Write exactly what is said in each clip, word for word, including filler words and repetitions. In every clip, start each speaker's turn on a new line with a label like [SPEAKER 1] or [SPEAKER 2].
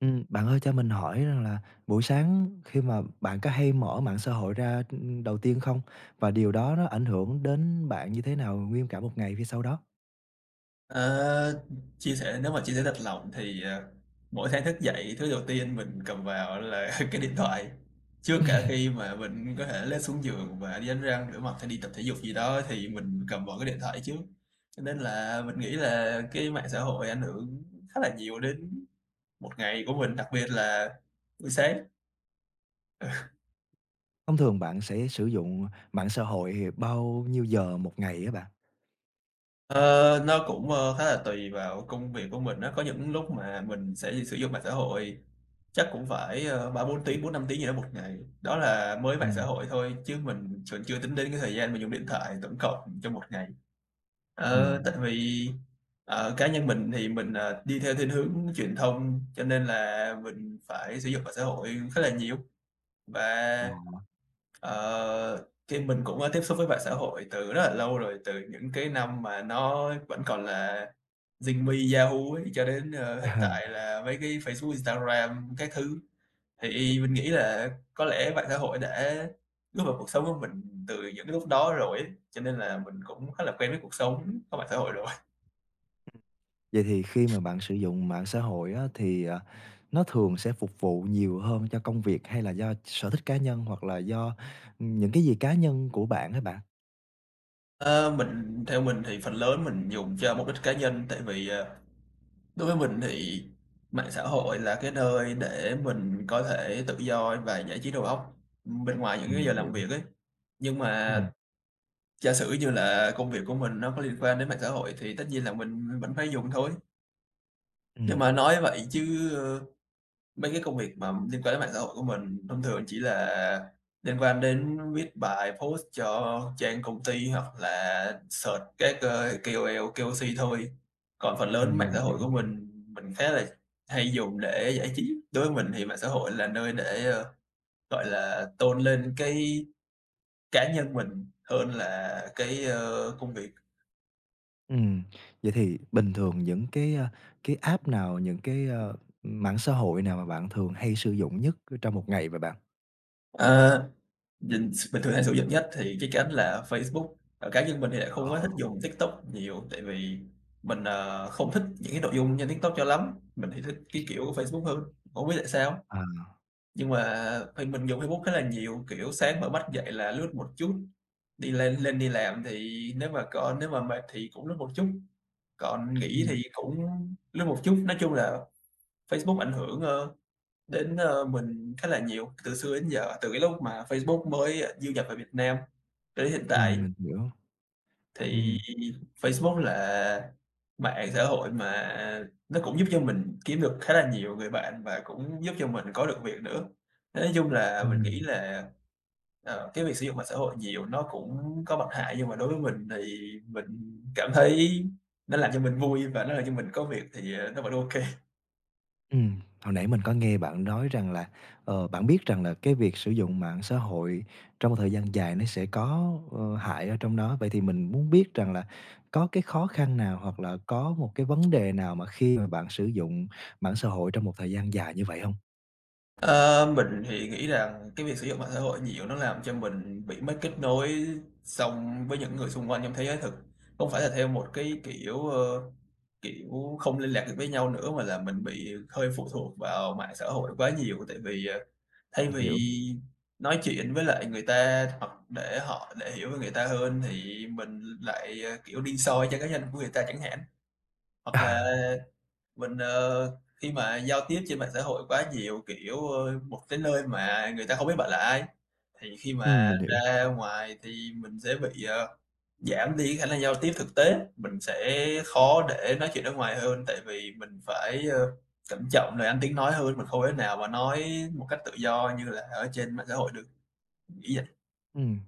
[SPEAKER 1] Ừm, bạn ơi cho mình hỏi rằng là buổi sáng khi mà bạn có hay mở mạng xã hội ra, đầu tiên không? Và điều đó nó ảnh hưởng đến bạn như thế nào nguyên cả một ngày phía sau đó?
[SPEAKER 2] Ờ, chia sẻ, nếu mà chia sẻ thật lòng thì ờ, mỗi sáng thức dậy, thứ đầu tiên mình cầm vào là cái điện thoại, trước cả khi mà mình có thể lết xuống giường và đi đánh răng rửa mặt hay đi tập thể dục gì đó, thì mình cầm vào cái điện thoại trước, cho nên là mình nghĩ là cái mạng xã hội ảnh hưởng khá là nhiều đến một ngày của mình, đặc biệt là buổi sáng.
[SPEAKER 1] Thông thường bạn sẽ sử dụng mạng xã hội bao nhiêu giờ một ngày á bạn?
[SPEAKER 2] Ờ, nó cũng ờ, khá là tùy vào công việc của mình, nó có những lúc mà mình sẽ sử dụng mạng xã hội chắc cũng phải ờ, ba bốn
[SPEAKER 1] Ừm,
[SPEAKER 2] tiếng, bốn năm tiếng gì đó một ngày. Đó là mới mạng xã
[SPEAKER 1] ừm,
[SPEAKER 2] hội thôi, chứ mình còn chưa tính đến cái thời gian mình dùng điện thoại tổng cộng trong một ngày.
[SPEAKER 1] ừm,
[SPEAKER 2] Ờ, tại vì ờ, cá nhân mình thì mình ờ, đi theo thiên hướng truyền thông, cho nên là mình phải sử dụng mạng xã hội khá là nhiều.
[SPEAKER 1] ờ.
[SPEAKER 2] Và ờ, thì mình cũng đã tiếp xúc với mạng xã hội từ rất là lâu rồi, từ những cái năm mà nó vẫn còn là Zing Me, Yahoo ấy, cho đến ờ, hiện tại là mấy cái Facebook, Instagram các thứ. Thì mình nghĩ là có lẽ mạng xã hội đã bước vào cuộc sống của mình từ những cái lúc đó rồi ấy, cho nên là mình cũng khá là quen với cuộc sống có mạng xã hội rồi.
[SPEAKER 1] Vậy thì khi mà bạn sử dụng mạng xã hội á thì, ờ, nó thường sẽ phục vụ nhiều hơn cho công việc hay là do sở thích cá nhân hoặc là do, những cái gì cá nhân của bạn á bạn?
[SPEAKER 2] Ơ, mình theo mình thì phần lớn mình dùng cho mục đích cá nhân, tại vì, ờ, đối với mình thì mạng xã hội là cái nơi để mình có thể tự do và giải trí đầu óc, bên ngoài những
[SPEAKER 1] Ừm,
[SPEAKER 2] cái giờ
[SPEAKER 1] mình
[SPEAKER 2] làm
[SPEAKER 1] hiểu.
[SPEAKER 2] việc ấy. Nhưng mà
[SPEAKER 1] Ừm,
[SPEAKER 2] giả sử như là công việc của mình nó có liên quan đến mạng xã hội thì tất nhiên là mình vẫn phải dùng thôi. Nhưng mà
[SPEAKER 1] ừm.
[SPEAKER 2] nói vậy chứ, ờ, mấy cái công việc mà liên quan đến mạng xã hội của mình thông thường chỉ là liên quan đến viết bài post cho trang công ty, hoặc là search các, ơ, K O L, K O C thôi. Còn phần lớn
[SPEAKER 1] Ừm,
[SPEAKER 2] mạng
[SPEAKER 1] mình
[SPEAKER 2] xã hội
[SPEAKER 1] hiểu.
[SPEAKER 2] của mình mình khá là hay dùng để giải trí. Đối với mình thì mạng xã hội là nơi để, ơ, gọi là, tôn lên cái cá nhân mình hơn là cái, ơ, công việc.
[SPEAKER 1] Ừm, vậy thì bình thường những cái, a, cái app nào, những cái, ơ, mạng xã hội nào mà bạn thường hay sử dụng nhất trong một ngày vậy bạn?
[SPEAKER 2] Ờ. Nhìn, mình thường hay sử dụng nhất thì cái cánh là Facebook. Ờ, cá nhân mình thì lại không
[SPEAKER 1] Ờ.
[SPEAKER 2] có thích dùng TikTok nhiều, tại vì mình, ờ, không thích những cái nội dung trên TikTok cho lắm. Mình thì thích cái kiểu của Facebook hơn, không biết tại sao.
[SPEAKER 1] À,
[SPEAKER 2] Nhưng mà thì mình dùng Facebook khá là nhiều, kiểu, sáng mở mắt dậy là lướt một chút, đi lên lên đi làm thì nếu mà có nếu mà mệt thì cũng lướt một chút, còn nghỉ
[SPEAKER 1] ừm,
[SPEAKER 2] thì cũng lướt một chút. Nói chung là Facebook ảnh hưởng, ơ, đến ờ, mình khá là nhiều từ xưa đến giờ, từ cái lúc mà Facebook mới ờ, du nhập vào Việt Nam cho đến hiện tại,
[SPEAKER 1] ừm, mình hiểu.
[SPEAKER 2] thì
[SPEAKER 1] Ừm,
[SPEAKER 2] Facebook là mạng xã hội mà nó cũng giúp cho mình kiếm được khá là nhiều người bạn và cũng giúp cho mình có được việc nữa. Nói chung là mình nghĩ
[SPEAKER 1] ừm,
[SPEAKER 2] là, ờ, cái việc sử dụng mạng xã hội nhiều nó cũng có mặt hại, nhưng mà đối với mình thì mình cảm thấy nó làm cho mình vui và nó làm cho mình có việc thì, ờ, nó vẫn OK.
[SPEAKER 1] ừm. Hồi nãy mình có nghe bạn nói rằng là, ờ, bạn biết rằng là cái việc sử dụng mạng xã hội trong một thời gian dài nó sẽ có, ờ, hại ở trong đó. Vậy thì mình muốn biết rằng là có cái khó khăn nào hoặc là có một cái vấn đề nào mà khi mà bạn sử dụng mạng xã hội trong một thời gian dài như vậy không?
[SPEAKER 2] Ờ, mình thì nghĩ rằng cái việc sử dụng mạng xã hội nhiều nó làm cho mình bị mất kết nối xong với những người xung quanh trong thế giới thực. Không phải là theo một cái kiểu, ờ, kiểu không liên lạc được với nhau nữa, mà là mình bị hơi phụ thuộc vào mạng xã hội quá nhiều. Tại vì, ờ, thay
[SPEAKER 1] Mình hiểu.
[SPEAKER 2] vì nói chuyện với lại người ta hoặc để họ để hiểu về người ta hơn, thì mình lại, ờ, kiểu, đi soi trang cá nhân của người ta chẳng hạn. Hoặc là
[SPEAKER 1] À,
[SPEAKER 2] mình, ờ, khi mà giao tiếp trên mạng xã hội quá nhiều, kiểu, ơ, một cái nơi mà người ta không biết bạn là ai, thì khi
[SPEAKER 1] ừm,
[SPEAKER 2] mà
[SPEAKER 1] mình hiểu.
[SPEAKER 2] ra ngoài thì mình sẽ bị, ờ, giảm đi khả năng giao tiếp thực tế, mình sẽ khó để nói chuyện ở ngoài hơn, tại vì mình phải, ơ, cẩn trọng lời ăn tiếng nói hơn, mình không thể nào mà nói một cách tự do như là ở trên mạng xã hội được, nghĩ vậy.
[SPEAKER 1] Ừm,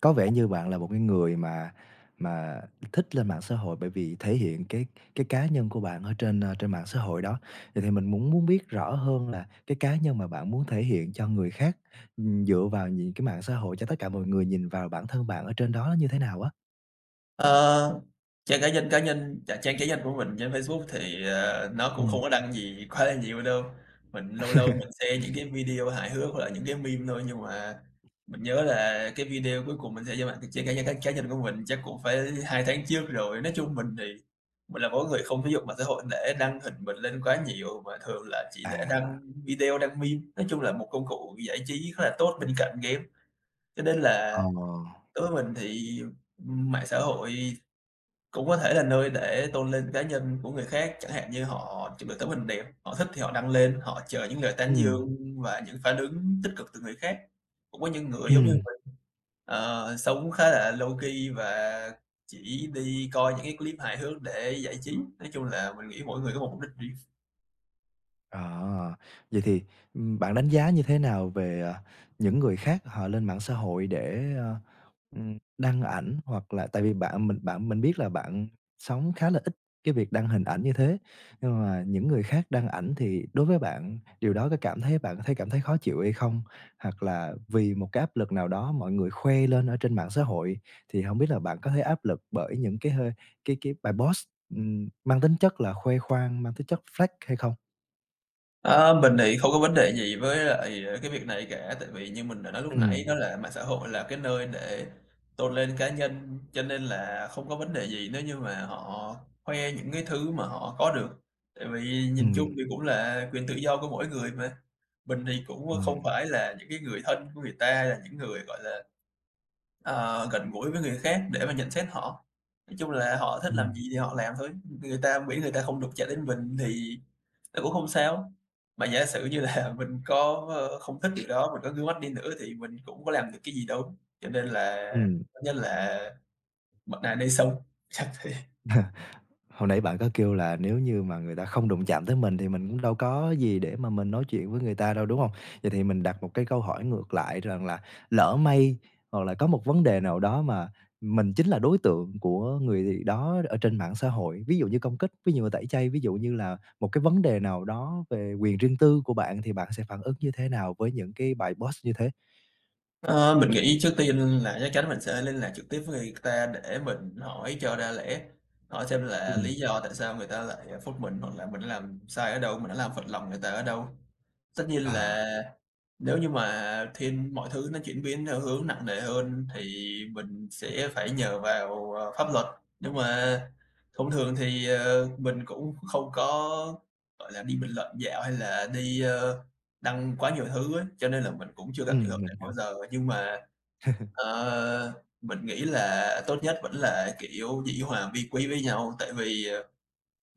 [SPEAKER 1] có vẻ như bạn là một cái người mà mà thích lên mạng xã hội bởi vì thể hiện cái cái cá nhân của bạn ở trên, ơ, trên mạng xã hội đó. Vậy thì mình muốn muốn biết rõ hơn là cái cá nhân mà bạn muốn thể hiện cho người khác, ừm, dựa vào những cái mạng xã hội cho tất cả mọi người nhìn vào bản thân bạn ở trên đó như thế nào á?
[SPEAKER 2] Ờ, trang cá nhân cá nhân dạ, trang cá nhân của mình trên Facebook thì, ờ, nó cũng
[SPEAKER 1] Ừm.
[SPEAKER 2] không có đăng gì quá là nhiều đâu. Mình lâu lâu mình share những cái video hài hước hoặc là những cái meme thôi, nhưng mà mình nhớ là cái video cuối cùng mình share trên mạng trang cá nhân cá cá nhân của mình chắc cũng phải hai tháng trước rồi. Nói chung mình thì mình là một người không sử dụng mạng xã hội để đăng hình mình lên quá nhiều, mà thường là chỉ để
[SPEAKER 1] À,
[SPEAKER 2] đăng video, đăng meme. Nói chung là một công cụ giải trí khá là tốt bên cạnh game, cho nên
[SPEAKER 1] ờ,
[SPEAKER 2] là đối với mình thì, mạng xã hội cũng có thể là nơi để tôn lên cá nhân của người khác, chẳng hạn như họ chụp được tấm hình đẹp, họ thích thì họ đăng lên, họ chờ những lời tán
[SPEAKER 1] ừm,
[SPEAKER 2] dương và những phản ứng tích cực từ người khác. Cũng có những người giống như
[SPEAKER 1] ừm.
[SPEAKER 2] mình, ờ, sống khá là low-key và chỉ đi coi những cái clip hài hước để giải trí. Nói chung là mình nghĩ mỗi người có một mục đích riêng.
[SPEAKER 1] À, vậy thì, ừm, bạn đánh giá như thế nào về, à, những người khác họ lên mạng xã hội để, ờ, ừm, đăng ảnh hoặc là tại vì bạn mình bạn mình biết là bạn sống khá là ít cái việc đăng hình ảnh như thế, nhưng mà những người khác đăng ảnh thì đối với bạn điều đó có cảm thấy bạn có thấy cảm thấy khó chịu hay không? Hoặc là vì một cái áp lực nào đó mọi người khoe lên ở trên mạng xã hội, thì không biết là bạn có thấy áp lực bởi những cái hơi cái cái bài post, ừm, mang tính chất là khoe khoang, mang tính chất flex hay không?
[SPEAKER 2] À, mình thì không có vấn đề gì với lại cái việc này cả, tại vì như mình đã nói lúc nãy,
[SPEAKER 1] Ừm.
[SPEAKER 2] đó là mạng xã hội là cái nơi để tôn lên cá nhân, cho nên là không có vấn đề gì nếu như mà họ khoe những cái thứ mà họ có được, tại vì nhìn chung
[SPEAKER 1] Ừm,
[SPEAKER 2] thì cũng là quyền tự do của mỗi người mà. Mình thì cũng không
[SPEAKER 1] ừm,
[SPEAKER 2] phải là những cái người thân của người ta, là những người gọi là Ờ, gần gũi với người khác để mà nhận xét họ. Nói chung là họ thích làm
[SPEAKER 1] ừm,
[SPEAKER 2] gì thì họ làm thôi, người ta miễn người ta không đụng chạm đến mình thì nó cũng không sao. Mà giả sử như là mình có, ơ, không thích điều đó, mình có ngước mắt đi nữa thì mình cũng có làm được cái gì đâu. Cho nên là
[SPEAKER 1] ừm.
[SPEAKER 2] tốt nhất là mặt này nay sông, chắc thế.
[SPEAKER 1] Hồi nãy bạn có kêu là nếu như mà người ta không đụng chạm tới mình thì mình cũng đâu có gì để mà mình nói chuyện với người ta đâu, đúng hông? Vậy thì mình đặt một cái câu hỏi ngược lại rằng là lỡ may hoặc là có một vấn đề nào đó mà mình chính là đối tượng của người đó ở trên mạng xã hội, ví dụ như công kích, ví dụ như tẩy chay, ví dụ như là một cái vấn đề nào đó về quyền riêng tư của bạn thì bạn sẽ phản ứng như thế nào với những cái bài post như thế?
[SPEAKER 2] Ờ, mình nghĩ trước tiên là chắc chắn mình sẽ liên lạc trực tiếp với người ta để mình hỏi cho ra lẽ, hỏi xem là lý
[SPEAKER 1] Ừm,
[SPEAKER 2] do tại sao người ta lại phốt mình, hoặc là mình đã làm sai ở đâu, mình đã làm phật lòng người ta ở đâu. Tất nhiên
[SPEAKER 1] à,
[SPEAKER 2] là nếu như mà thiên mọi thứ nó chuyển biến theo hướng nặng nề hơn thì mình
[SPEAKER 1] ừm,
[SPEAKER 2] sẽ phải nhờ vào, ờ, pháp luật, nhưng mà thông thường thì, ờ, mình cũng không có, gọi là, đi bình luận dạo hay là đi, ơ, đăng quá nhiều thứ ấy, cho nên là mình cũng chưa gặp trường hợp
[SPEAKER 1] ừm, mình
[SPEAKER 2] này bao
[SPEAKER 1] hiểu.
[SPEAKER 2] giờ. Nhưng mà, ờ, mình nghĩ là tốt nhất vẫn là, kiểu, dĩ hòa vi quý với nhau, tại vì, ờ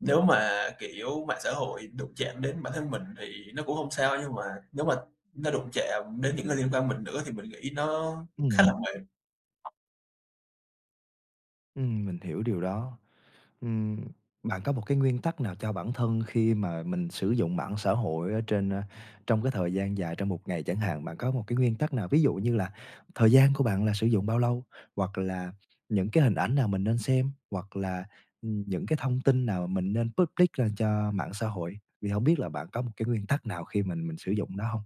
[SPEAKER 2] nếu mà, kiểu, mạng xã hội đụng chạm đến bản thân mình thì nó cũng không sao, nhưng mà nếu mà nó đụng chạm đến những người liên quan mình nữa thì mình nghĩ nó khá
[SPEAKER 1] Ừm,
[SPEAKER 2] là mệt.
[SPEAKER 1] ừm, mình hiểu điều đó. Ừm, bạn có một cái nguyên tắc nào cho bản thân khi mà mình sử dụng mạng xã hội ở trên, a, trong cái thời gian dài trong một ngày chẳng hạn, bạn có một cái nguyên tắc nào? Ví dụ như là thời gian của bạn là sử dụng bao lâu, hoặc là những cái hình ảnh nào mình nên xem, hoặc là, những cái thông tin nào mình nên public ra cho mạng xã hội? Vì không biết là bạn có một cái nguyên tắc nào khi mình mình sử dụng đó không.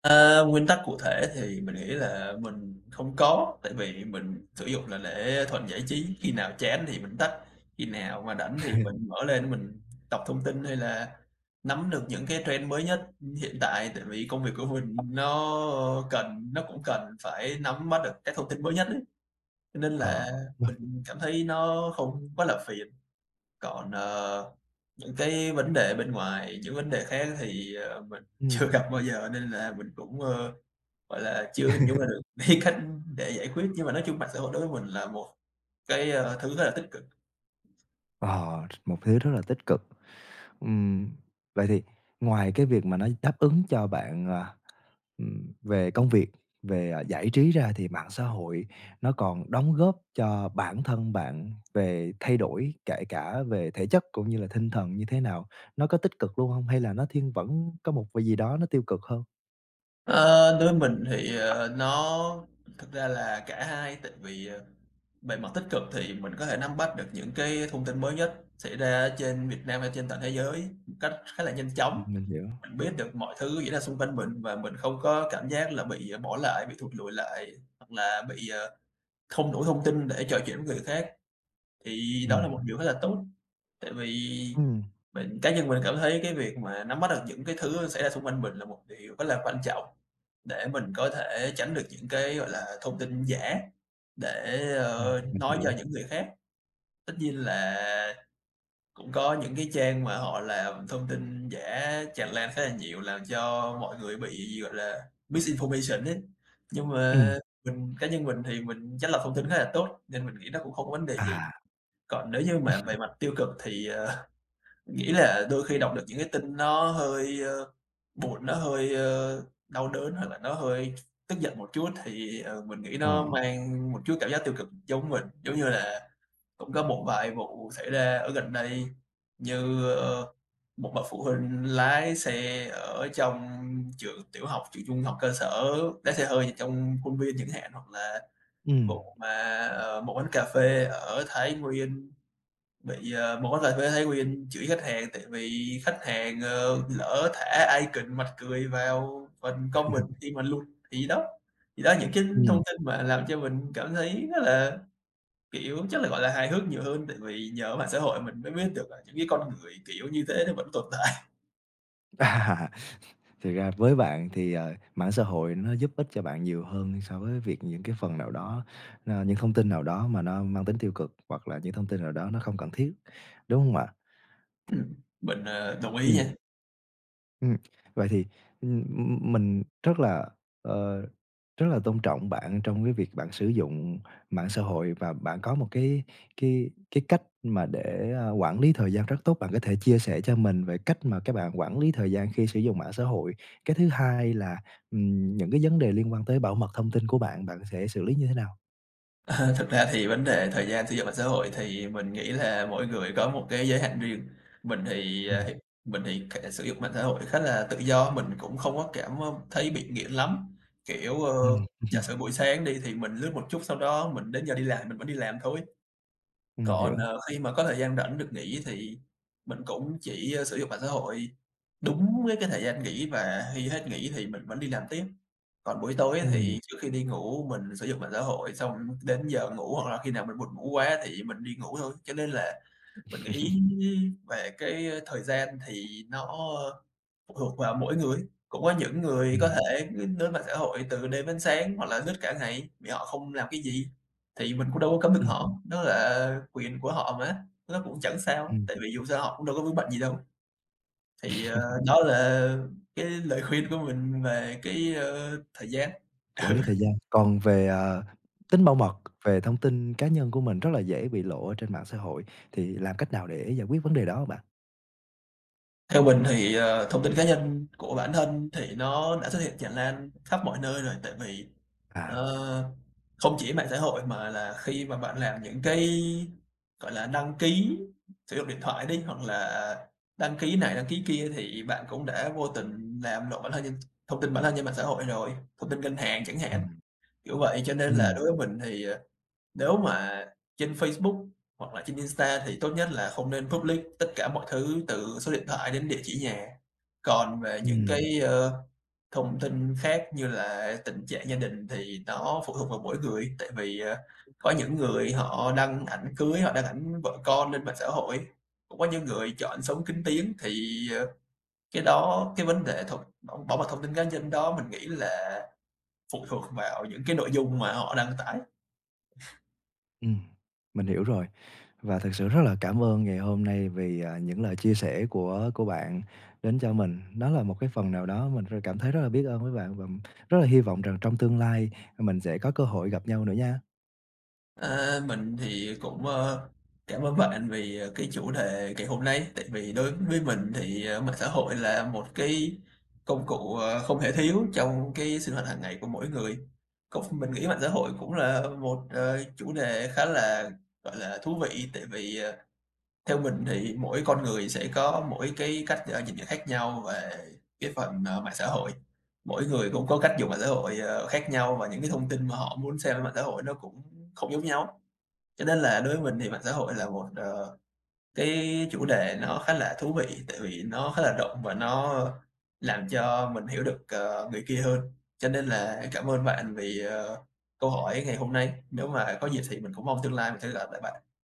[SPEAKER 2] Ờ, nguyên tắc cụ thể thì mình nghĩ là mình không có, tại vì mình sử dụng
[SPEAKER 1] Ừm,
[SPEAKER 2] là để thuận giải trí, khi nào chán thì mình tắt, khi nào mà rảnh thì mình mở lên, mình đọc thông tin hay là nắm được những cái trend mới nhất hiện tại, tại vì công việc của mình nó cần, nó cũng cần phải nắm bắt được các thông tin mới nhất. Cho nên
[SPEAKER 1] ờ.
[SPEAKER 2] là mình cảm thấy nó không quá là phiền. Còn, ờ, những cái vấn đề bên ngoài, những vấn đề khác thì, ờ, mình chưa
[SPEAKER 1] Ừm.
[SPEAKER 2] gặp bao giờ, nên là mình cũng, ờ, gọi là, chưa hình dung ra được cái cách để giải quyết. Nhưng mà nói chung mạng xã hội đối với mình là một cái, ờ, thứ rất là tích cực.
[SPEAKER 1] Ờ, một thứ rất là tích cực. Ừm, vậy thì ngoài cái việc mà nó đáp ứng cho bạn, à, ừm, về công việc, về, à, giải trí ra thì mạng xã hội nó còn đóng góp cho bản thân bạn về thay đổi, kể cả về thể chất cũng như là tinh thần như thế nào? Nó có tích cực luôn không? Hay là nó thiên vẫn có một cái gì đó nó tiêu cực hơn?
[SPEAKER 2] Ờ, Đối với mình thì, ờ, nó thực ra là cả hai, tại vì, ờ, về mặt tích cực thì mình có thể nắm bắt được những cái thông tin mới nhất xảy ra trên Việt Nam hay trên toàn thế giới một cách khá là nhanh
[SPEAKER 1] Ừm,
[SPEAKER 2] chóng.
[SPEAKER 1] mình hiểu.
[SPEAKER 2] Mình biết được mọi thứ diễn ra xung quanh mình và mình không có cảm giác là bị, ờ, bỏ lại, bị thụt lùi lại, hoặc là bị, ờ, không đủ thông tin để trò chuyện với người khác, thì đó là
[SPEAKER 1] Ừm,
[SPEAKER 2] một điều rất là tốt. Tại vì
[SPEAKER 1] ừm,
[SPEAKER 2] mình cá nhân mình cảm thấy cái việc mà nắm bắt được những cái thứ xảy ra xung quanh mình là một điều rất là quan trọng để mình có thể tránh được những cái, gọi là, thông tin giả để,
[SPEAKER 1] ừm,
[SPEAKER 2] ờ,
[SPEAKER 1] mình
[SPEAKER 2] nói cho
[SPEAKER 1] hiểu.
[SPEAKER 2] những người khác. Tất nhiên là cũng có những cái trang mà họ làm thông tin giả tràn lan khá là nhiều làm cho mọi người bị gọi là misinformation ấy, nhưng mà
[SPEAKER 1] Ừm,
[SPEAKER 2] mình cá nhân mình thì mình chắt lọc thông tin khá là tốt nên mình nghĩ nó cũng không có vấn đề gì.
[SPEAKER 1] à,
[SPEAKER 2] Còn nếu như mà về mặt tiêu cực thì, ờ, mình nghĩ là đôi khi đọc được những cái tin nó hơi, ơ, buồn, nó hơi, ơ, đau đớn hoặc là nó hơi tức giận một chút thì, ờ, mình nghĩ nó
[SPEAKER 1] ờ,
[SPEAKER 2] mang một chút cảm giác tiêu cực giống mình, giống như là cũng có một vài vụ xảy ra ở gần đây, như ờ, một bậc phụ huynh lái xe ở trong trường tiểu học, trường trung học cơ sở, lái xe hơi trong khuôn viên chẳng hạn, hoặc là
[SPEAKER 1] ừm,
[SPEAKER 2] vụ mà ờ, một quán cà phê ở Thái Nguyên bị ờ, một quán cà phê Thái Nguyên chửi khách hàng tại vì khách hàng ờ, lỡ thả icon mặt cười vào phần comment khi mà luôn. Thì đó thì đó những cái thông
[SPEAKER 1] ừm.
[SPEAKER 2] tin mà làm cho mình cảm thấy rất là kiểu chắc là, gọi là, hài hước nhiều hơn, tại vì nhờ mạng xã hội mình mới biết được là những cái con người kiểu như thế nó vẫn tồn tại.
[SPEAKER 1] À. Thực ra với bạn thì, ờ, mạng xã hội nó giúp ích cho bạn nhiều hơn so với việc những cái phần nào đó, ờ, những thông tin nào đó mà nó mang tính tiêu cực, hoặc là những thông tin nào đó nó không cần thiết, đúng không ạ?
[SPEAKER 2] Ừm, mình, ờ, đồng ý
[SPEAKER 1] Ừm.
[SPEAKER 2] nha.
[SPEAKER 1] Ừm, vậy thì, ừm, ừm, mình rất là, ờ, rất là tôn trọng bạn trong cái việc bạn sử dụng mạng xã hội và bạn có một cái cái cái cách mà để, a, quản lý thời gian rất tốt. Bạn có thể chia sẻ cho mình về cách mà các bạn quản lý thời gian khi sử dụng mạng xã hội? Cái thứ hai là, ừm, những cái vấn đề liên quan tới bảo mật thông tin của bạn, bạn sẽ xử lý như thế nào?
[SPEAKER 2] Ờ, Thực ra thì vấn đề thời gian sử dụng mạng xã hội thì mình nghĩ là mỗi người có một cái giới hạn riêng. Mình thì, à,
[SPEAKER 1] Ừm,
[SPEAKER 2] mình thì k sử dụng mạng xã hội khá là tự do, mình cũng không có cảm, ơ, thấy bị nghiện lắm. Kiểu, ờ,
[SPEAKER 1] Ừm,
[SPEAKER 2] giả sử buổi sáng đi thì mình lướt một chút, sau đó mình đến giờ đi làm mình vẫn đi làm thôi.
[SPEAKER 1] mình
[SPEAKER 2] Còn,
[SPEAKER 1] hiểu.
[SPEAKER 2] ờ, khi mà có thời gian rảnh được nghỉ thì mình cũng chỉ, ơ, sử dụng mạng xã hội đúng với cái thời gian nghỉ, và khi hết nghỉ thì mình vẫn đi làm tiếp. Còn buổi tối
[SPEAKER 1] Ừm.
[SPEAKER 2] thì trước khi đi ngủ mình sử dụng mạng xã hội xong, đến giờ ngủ hoặc là khi nào mình buồn ngủ quá thì mình đi ngủ thôi. Cho nên là mình nghĩ về cái ờ, thời gian thì nó phụ thuộc vào mỗi người. Cũng có những người có
[SPEAKER 1] Ừm,
[SPEAKER 2] thể cứ lên mạng xã hội từ đêm đến sáng hoặc là lướt cả ngày vì họ không làm cái gì, thì mình cũng đâu có cấm được
[SPEAKER 1] ừm,
[SPEAKER 2] họ, đó là quyền của họ mà, nó cũng chẳng sao,
[SPEAKER 1] ừm.
[SPEAKER 2] tại vì dù sao họ cũng đâu có vướng bận gì đâu. Thì, ờ, đó là cái lời khuyên của mình về cái, ơ, thời gian.
[SPEAKER 1] Quản lý thời gian, còn về, ờ, tính bảo mật, về thông tin cá nhân của mình rất là dễ bị lộ ở trên mạng xã hội, thì làm cách nào để giải quyết vấn đề đó hả bạn?
[SPEAKER 2] Ừ, theo mình thì, ờ, thông tin cá nhân của bản thân thì nó đã xuất hiện tràn lan khắp mọi nơi rồi, tại vì
[SPEAKER 1] À,
[SPEAKER 2] Ờ, không chỉ mạng xã hội mà là khi mà bạn làm những cái, gọi là, đăng ký sử dụng điện thoại đi, hoặc là đăng ký này đăng ký kia thì bạn cũng đã vô tình làm lộ bản thân trên thông tin bản thân trên mạng xã hội rồi, thông tin ngân hàng chẳng hạn,
[SPEAKER 1] ừm,
[SPEAKER 2] kiểu vậy. Cho nên là
[SPEAKER 1] ừm,
[SPEAKER 2] đối với mình thì, ờ nếu mà trên Facebook hoặc là trên Insta thì tốt nhất là không nên public tất cả mọi thứ từ số điện thoại đến địa chỉ nhà. Còn về những
[SPEAKER 1] ừm,
[SPEAKER 2] cái, ơ, thông tin khác như là tình trạng gia đình thì nó phụ thuộc vào mỗi người, tại vì, ờ, có những người họ đăng ảnh cưới, họ đăng ảnh vợ con lên mạng xã hội, cũng có những người chọn sống kín tiếng, thì, ờ, cái đó, cái vấn đề thuộc bảo bảo mật thông tin cá nhân đó mình nghĩ là phụ thuộc vào những cái nội dung mà họ đăng tải.
[SPEAKER 1] ừm, mình hiểu rồi. Và thực sự rất là cảm ơn ngày hôm nay vì, à, những lời chia sẻ của của bạn đến cho mình. Đó là một cái phần nào đó mình r cảm thấy rất là biết ơn với bạn và rất là hy vọng rằng trong tương lai, à, mình sẽ có cơ hội gặp nhau nữa nha.
[SPEAKER 2] À, mình thì cũng ờ, cảm ơn bạn vì ờ, cái chủ đề ngày hôm nay, tại vì đối với mình thì ờ, mạng xã hội là một cái công cụ ờ, không thể thiếu trong cái sinh hoạt hàng ngày của mỗi người. Cũng mình nghĩ mạng xã hội cũng là một ờ, chủ đề khá là gọi là thú vị, tại vì ờ, theo mình thì mỗi con người sẽ có mỗi cái cách ờ, nhìn nhận khác nhau về cái phần ờ, mạng xã hội. Mỗi người cũng có cách dùng mạng xã hội ờ, khác nhau, và những cái thông tin mà họ muốn xem ở mạng xã hội nó cũng không giống nhau. Cho nên là đối với mình thì mạng xã hội là một ờ, cái chủ đề nó khá là thú vị, tại vì nó khá là rộng và nó làm cho mình hiểu được ờ, người kia hơn. Cho nên là cảm ơn bạn vì ờ, câu hỏi ngày hôm nay, nếu mà có dịp thì mình cũng mong tương lai mình sẽ gặp lại bạn.